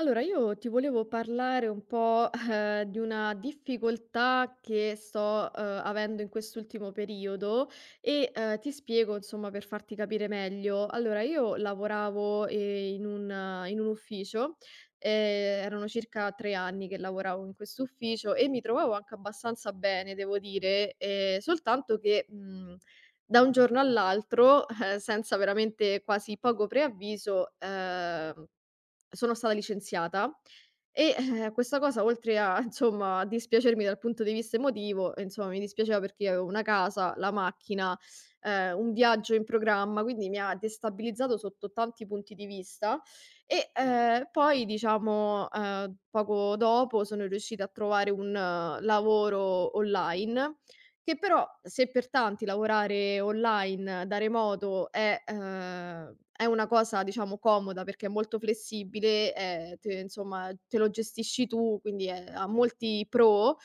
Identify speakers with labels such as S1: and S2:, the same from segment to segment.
S1: Allora, io ti volevo parlare un po', di una difficoltà che sto, avendo in quest'ultimo periodo e, ti spiego, insomma, per farti capire meglio. Allora, io lavoravo, in un ufficio, erano circa 3 anni che lavoravo in questo ufficio e mi trovavo anche abbastanza bene, devo dire, soltanto che, da un giorno all'altro, senza veramente quasi poco preavviso, sono stata licenziata e, questa cosa, oltre a insomma, dispiacermi dal punto di vista emotivo, e insomma mi dispiaceva perché io avevo una casa, la macchina, un viaggio in programma, quindi mi ha destabilizzato sotto tanti punti di vista e, poi diciamo, poco dopo sono riuscita a trovare un lavoro online che però, se per tanti lavorare online da remoto è una cosa, diciamo, comoda perché è molto flessibile, te insomma te lo gestisci tu, quindi è ha molti pro,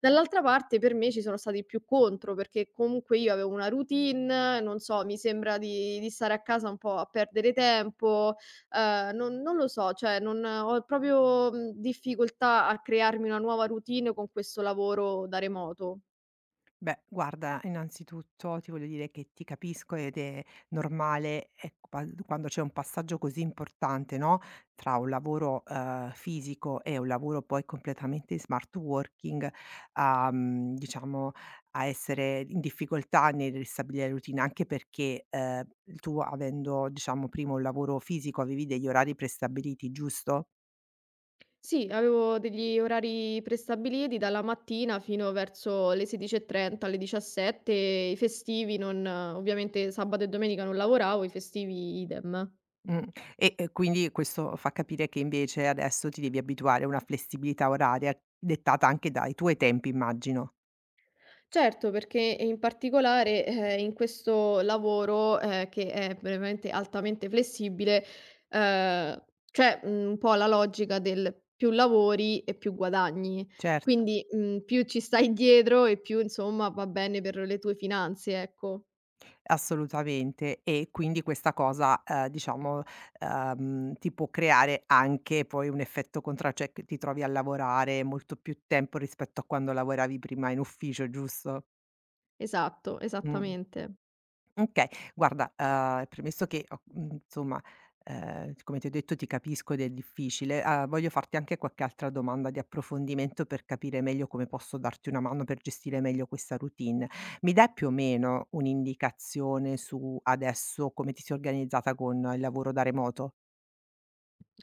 S1: dall'altra parte per me ci sono stati più contro, perché comunque io avevo una routine, non so, mi sembra di stare a casa un po' a perdere tempo, non lo so, cioè non ho proprio, difficoltà a crearmi una nuova routine con questo lavoro da remoto.
S2: Beh, guarda, innanzitutto ti voglio dire che ti capisco ed è normale, ecco, quando c'è un passaggio così importante, no? Tra un lavoro fisico e un lavoro poi completamente in smart working, diciamo, a essere in difficoltà nel ristabilire la routine, anche perché tu avendo, diciamo, prima un lavoro fisico avevi degli orari prestabiliti, giusto?
S1: Sì, avevo degli orari prestabiliti dalla mattina fino verso le 16:30, alle 17, e i festivi, non ovviamente sabato e domenica non lavoravo, i festivi idem.
S2: Mh. E quindi questo fa capire che invece adesso ti devi abituare a una flessibilità oraria dettata anche dai tuoi tempi, immagino.
S1: Certo, perché in particolare, in questo lavoro, che è veramente altamente flessibile, ehm, c'è, un po' la logica del più lavori e più guadagni.
S2: Certo,
S1: Quindi, più ci stai dietro e più, insomma, va bene per le tue finanze, ecco.
S2: assolutamente. E quindi questa cosa, diciamo, ti può creare anche poi un effetto contra, cioè che ti trovi a lavorare molto più tempo rispetto a quando lavoravi prima in ufficio, giusto?
S1: Esatto,
S2: Mh.
S1: esattamente.
S2: Okay. Guarda, premesso che insomma, come ti ho detto, ti capisco ed è difficile. Voglio farti anche qualche altra domanda di approfondimento per capire meglio come posso darti una mano per gestire meglio questa routine. Mi dai più o meno un'indicazione su adesso come ti sei organizzata con il lavoro da remoto?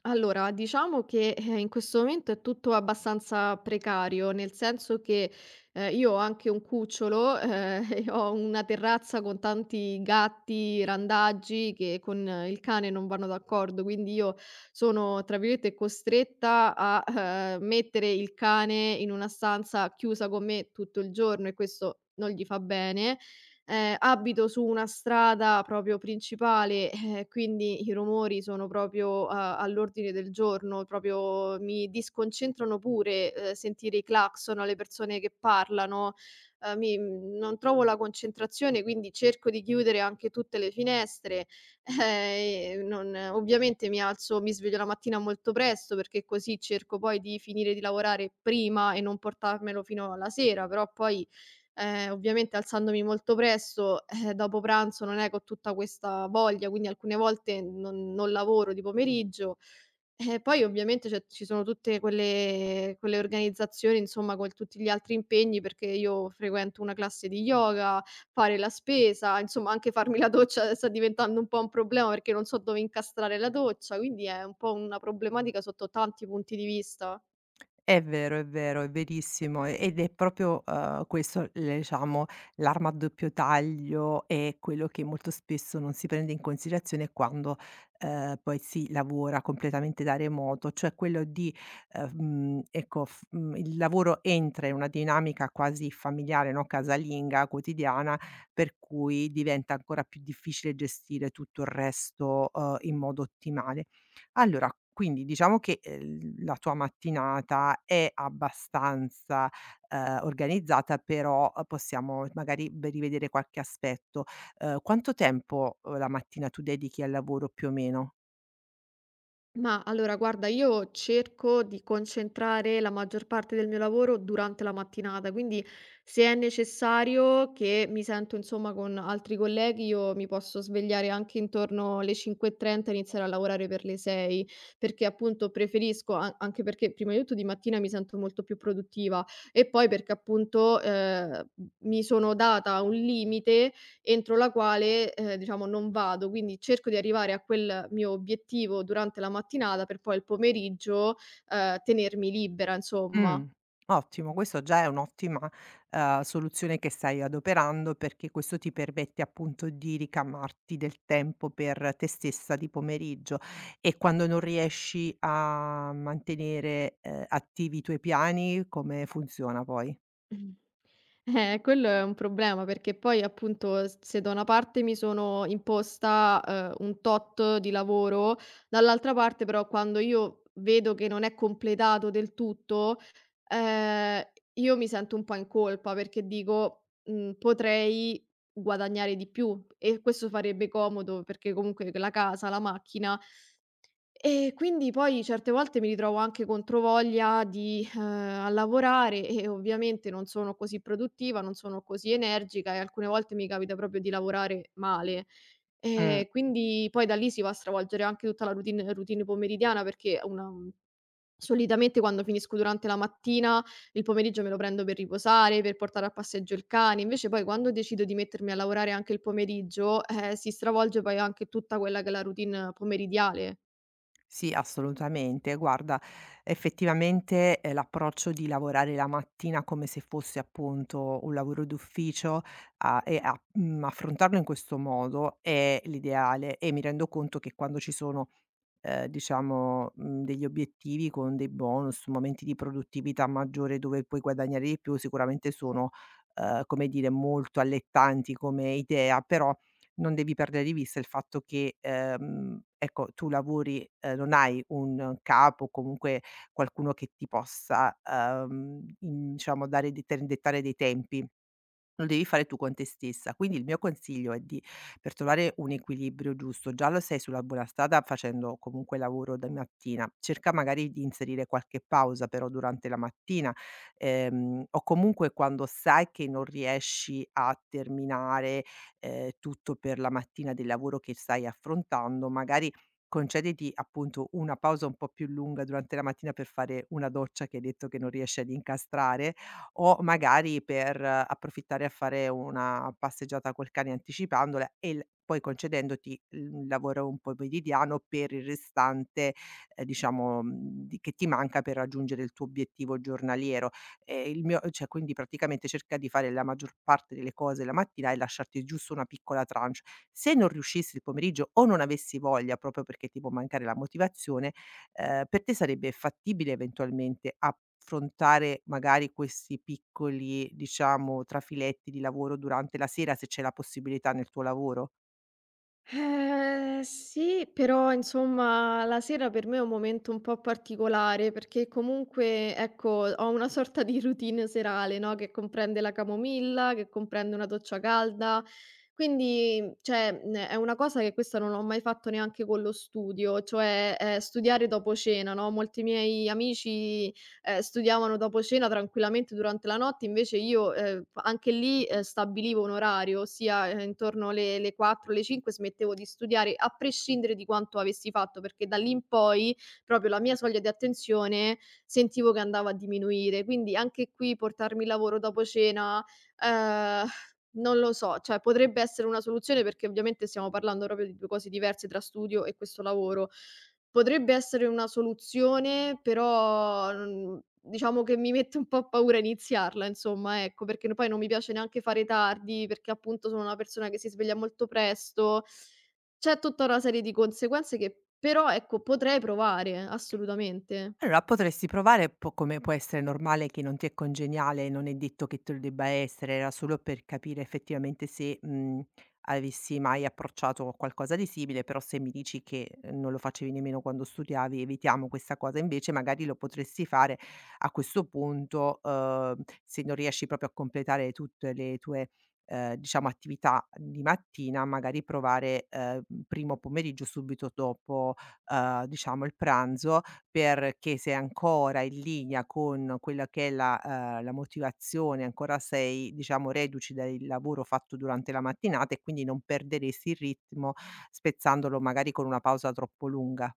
S1: Allora, diciamo che, in questo momento è tutto abbastanza precario, nel senso che, io ho anche un cucciolo, e ho una terrazza con tanti gatti randaggi che con il cane non vanno d'accordo, quindi io sono, tra virgolette, "costretta" a, mettere il cane in una stanza chiusa con me tutto il giorno, e questo non gli fa bene. Abito su una strada proprio principale, quindi i rumori sono proprio a all'ordine del giorno, proprio mi disconcentrano pure, sentire i clacson, le persone che parlano, non trovo la concentrazione, quindi cerco di chiudere anche tutte le finestre, e non, ovviamente, mi sveglio la mattina molto presto, perché così cerco poi di finire di lavorare prima e non portarmelo fino alla sera, però poi. Ovviamente, alzandomi molto presto, dopo pranzo non è che ho tutta questa voglia, quindi alcune volte non lavoro di pomeriggio. E poi, ovviamente, c'è ci sono tutte quelle organizzazioni, insomma, con tutti gli altri impegni, perché io frequento una classe di yoga, fare la spesa, insomma anche farmi la doccia sta diventando un po' un problema perché non so dove incastrare la doccia, quindi è un po' una problematica sotto tanti punti di vista.
S2: È vero, è vero, è verissimo, ed è proprio, questo l diciamo l'arma a doppio taglio è quello che molto spesso non si prende in considerazione quando, poi si lavora completamente da remoto, cioè quello di, ecco, il lavoro entra in una dinamica quasi familiare, no, casalinga, quotidiana, per cui diventa ancora più difficile gestire tutto il resto, in modo ottimale. Allora, quindi diciamo che, la tua mattinata è abbastanza, organizzata, però, possiamo magari b rivedere qualche aspetto. Quanto tempo, la mattina tu dedichi al lavoro più o meno?
S1: Ma allora guarda, io cerco di concentrare la maggior parte del mio lavoro durante la mattinata, quindi se è necessario che mi sento, insomma, con altri colleghi, io mi posso svegliare anche intorno alle 5:30 e iniziare a lavorare per le 6, perché appunto preferisco, anche perché prima di tutto di mattina mi sento molto più produttiva e poi perché appunto mi sono data un limite entro la quale, diciamo, non vado. Quindi cerco di arrivare a quel mio obiettivo durante la mattinata per poi il pomeriggio, tenermi libera, insomma.
S2: Mh, ottimo, questo già è un'ottima, soluzione che stai adoperando, perché questo ti permette appunto di ricamarti del tempo per te stessa di pomeriggio. E quando non riesci a mantenere, attivi i tuoi piani, come funziona poi?
S1: Mh. Quello è un problema perché poi, appunto, s se da una parte mi sono imposta, un tot di lavoro, dall'altra parte però quando io vedo che non è completato del tutto, ehm, io mi sento un po' in colpa perché dico: "Mhmm, potrei guadagnare di più", e questo farebbe comodo perché comunque la casa, la macchina, e quindi poi certe volte mi ritrovo anche controvoglia a lavorare e, ovviamente, non sono così produttiva, non sono così energica e alcune volte mi capita proprio di lavorare male.
S2: Mh.
S1: Quindi poi da lì si va a stravolgere anche tutta la routine pomeridiana, perché solitamente quando finisco durante la mattina, il pomeriggio me lo prendo per riposare, per portare a passeggio il cane, invece poi quando decido di mettermi a lavorare anche il pomeriggio, si stravolge poi anche tutta quella che è la routine pomeridiale.
S2: Sì, assolutamente. Guarda, effettivamente, l'approccio di lavorare la mattina come se fosse appunto un lavoro d'ufficio a e a mhmm, affrontarlo in questo modo è l'ideale, e mi rendo conto che quando ci sono, diciamo, degli obiettivi con dei bonus, momenti di produttività maggiore dove puoi guadagnare di più, sicuramente sono, come dire, molto allettanti come idea, però non devi perdere di vista il fatto che, ecco, tu lavori, non hai un capo o comunque qualcuno che ti possa, in diciamo dare de dettare dei tempi. Lo devi fare tu con te stessa. Quindi il mio consiglio è di, per trovare un equilibrio giusto, già lo sei sulla buona strada facendo comunque lavoro da mattina, cerca magari di inserire qualche pausa però durante la mattina, o comunque quando sai che non riesci a terminare, tutto per la mattina del lavoro che stai affrontando, magari concediti appunto una pausa un po' più lunga durante la mattina per fare una doccia, che hai detto che non riesci ad incastrare, o magari per approfittare a fare una passeggiata col cane anticipandola, e il poi concedendoti il lavoro un po' meridiano per il restante, diciamo, di che ti manca per raggiungere il tuo obiettivo giornaliero. Il mio, cioè, quindi praticamente cerca di fare la maggior parte delle cose la mattina e lasciarti giusto una piccola tranche. Se non riuscissi il pomeriggio o non avessi voglia proprio perché ti può mancare la motivazione. Per te sarebbe fattibile eventualmente affrontare magari questi piccoli, diciamo, trafiletti di lavoro durante la sera, se c'è la possibilità nel tuo lavoro?
S1: Sì, però insomma la sera per me è un momento un po' particolare perché comunque, ecco, ho una sorta di routine serale, no? Che comprende la camomilla, che comprende una doccia calda. Quindi, cioè, è una cosa che questa non l'ho mai fatto neanche con lo studio, cioè studiare dopo cena, no? Molti miei amici studiavano dopo cena tranquillamente durante la notte, invece io, anche lì, stabilivo un orario, ossia, intorno le 4, le 5 smettevo di studiare, a prescindere di quanto avessi fatto, perché da lì in poi proprio la mia soglia di attenzione sentivo che andava a diminuire. Quindi anche qui, portarmi il lavoro dopo cena, ehm, non lo so, cioè potrebbe essere una soluzione, perché ovviamente stiamo parlando proprio di 2 cose diverse tra studio e questo lavoro. Potrebbe essere una soluzione, però non, diciamo, che mi mette un po' a paura iniziarla, insomma, ecco, perché no, poi non mi piace neanche fare tardi, perché appunto sono una persona che si sveglia molto presto. C'è tutta una serie di conseguenze che però, ecco, potrei provare, assolutamente.
S2: Allora potresti provare, po come può essere normale che non ti è congeniale, non è detto che te lo debba essere, era solo per capire effettivamente se, avessi mai approcciato qualcosa di simile, però se mi dici che non lo facevi nemmeno quando studiavi, evitiamo questa cosa. Invece magari lo potresti fare a questo punto, se non riesci proprio a completare tutte le tue, diciamo attività di mattina, magari provare, primo pomeriggio subito dopo, diciamo il pranzo, perché sei ancora in linea con quella che è la la motivazione, ancora sei diciamo reduci del lavoro fatto durante la mattinata e quindi non perderesti il ritmo spezzandolo magari con una pausa troppo lunga.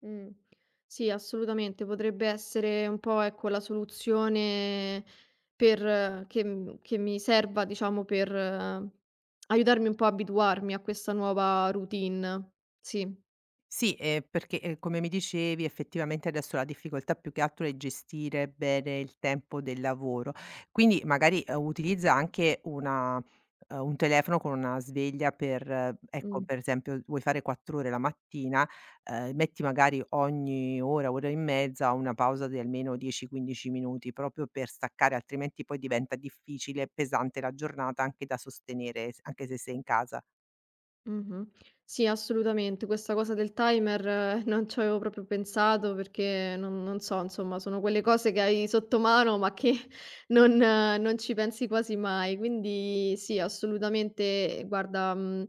S1: Mh. Sì, assolutamente. Potrebbe essere un po', ecco, la soluzione per che mi serva, diciamo, per aiutarmi un po' a abituarmi a questa nuova routine. Sì,
S2: Sì, perché, come mi dicevi, effettivamente adesso la difficoltà più che altro è gestire bene il tempo del lavoro. Quindi magari, utilizza anche una, un telefono con una sveglia per ecco,
S1: mh.
S2: per esempio vuoi fare 4 ore la mattina, metti magari ogni ora, ora e mezza una pausa di almeno 10, 15 minuti proprio per staccare, altrimenti poi diventa difficile e pesante la giornata anche da sostenere, s anche se sei in casa.
S1: Mh-mh. Sì, assolutamente. Questa cosa del timer, non ci avevo proprio pensato, perché non, so, insomma, sono quelle cose che hai sotto mano ma che non ci pensi quasi mai. Quindi sì, assolutamente, guarda,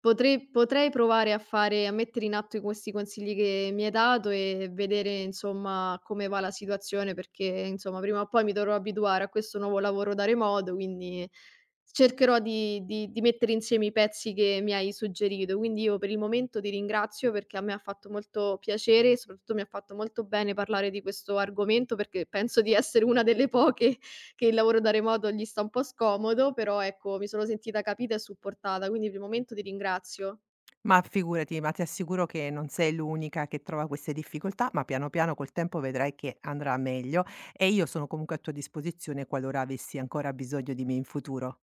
S1: potrei provare a mettere in atto questi consigli che mi hai dato e vedere, insomma, come va la situazione, perché, insomma, prima o poi mi dovrò abituare a questo nuovo lavoro da remoto, quindi cercherò di mettere insieme i pezzi che mi hai suggerito. Quindi, io per il momento ti ringrazio, perché a me ha fatto molto piacere e soprattutto mi ha fatto molto bene parlare di questo argomento, perché penso di essere una delle poche che il lavoro da remoto gli sta un po' scomodo, però ecco mi sono sentita capita e supportata, quindi per il momento ti ringrazio.
S2: Ma figurati, ma ti assicuro che non sei l'unica che trova queste difficoltà, ma piano piano col tempo vedrai che andrà meglio, e io sono comunque a tua disposizione qualora avessi ancora bisogno di me in futuro.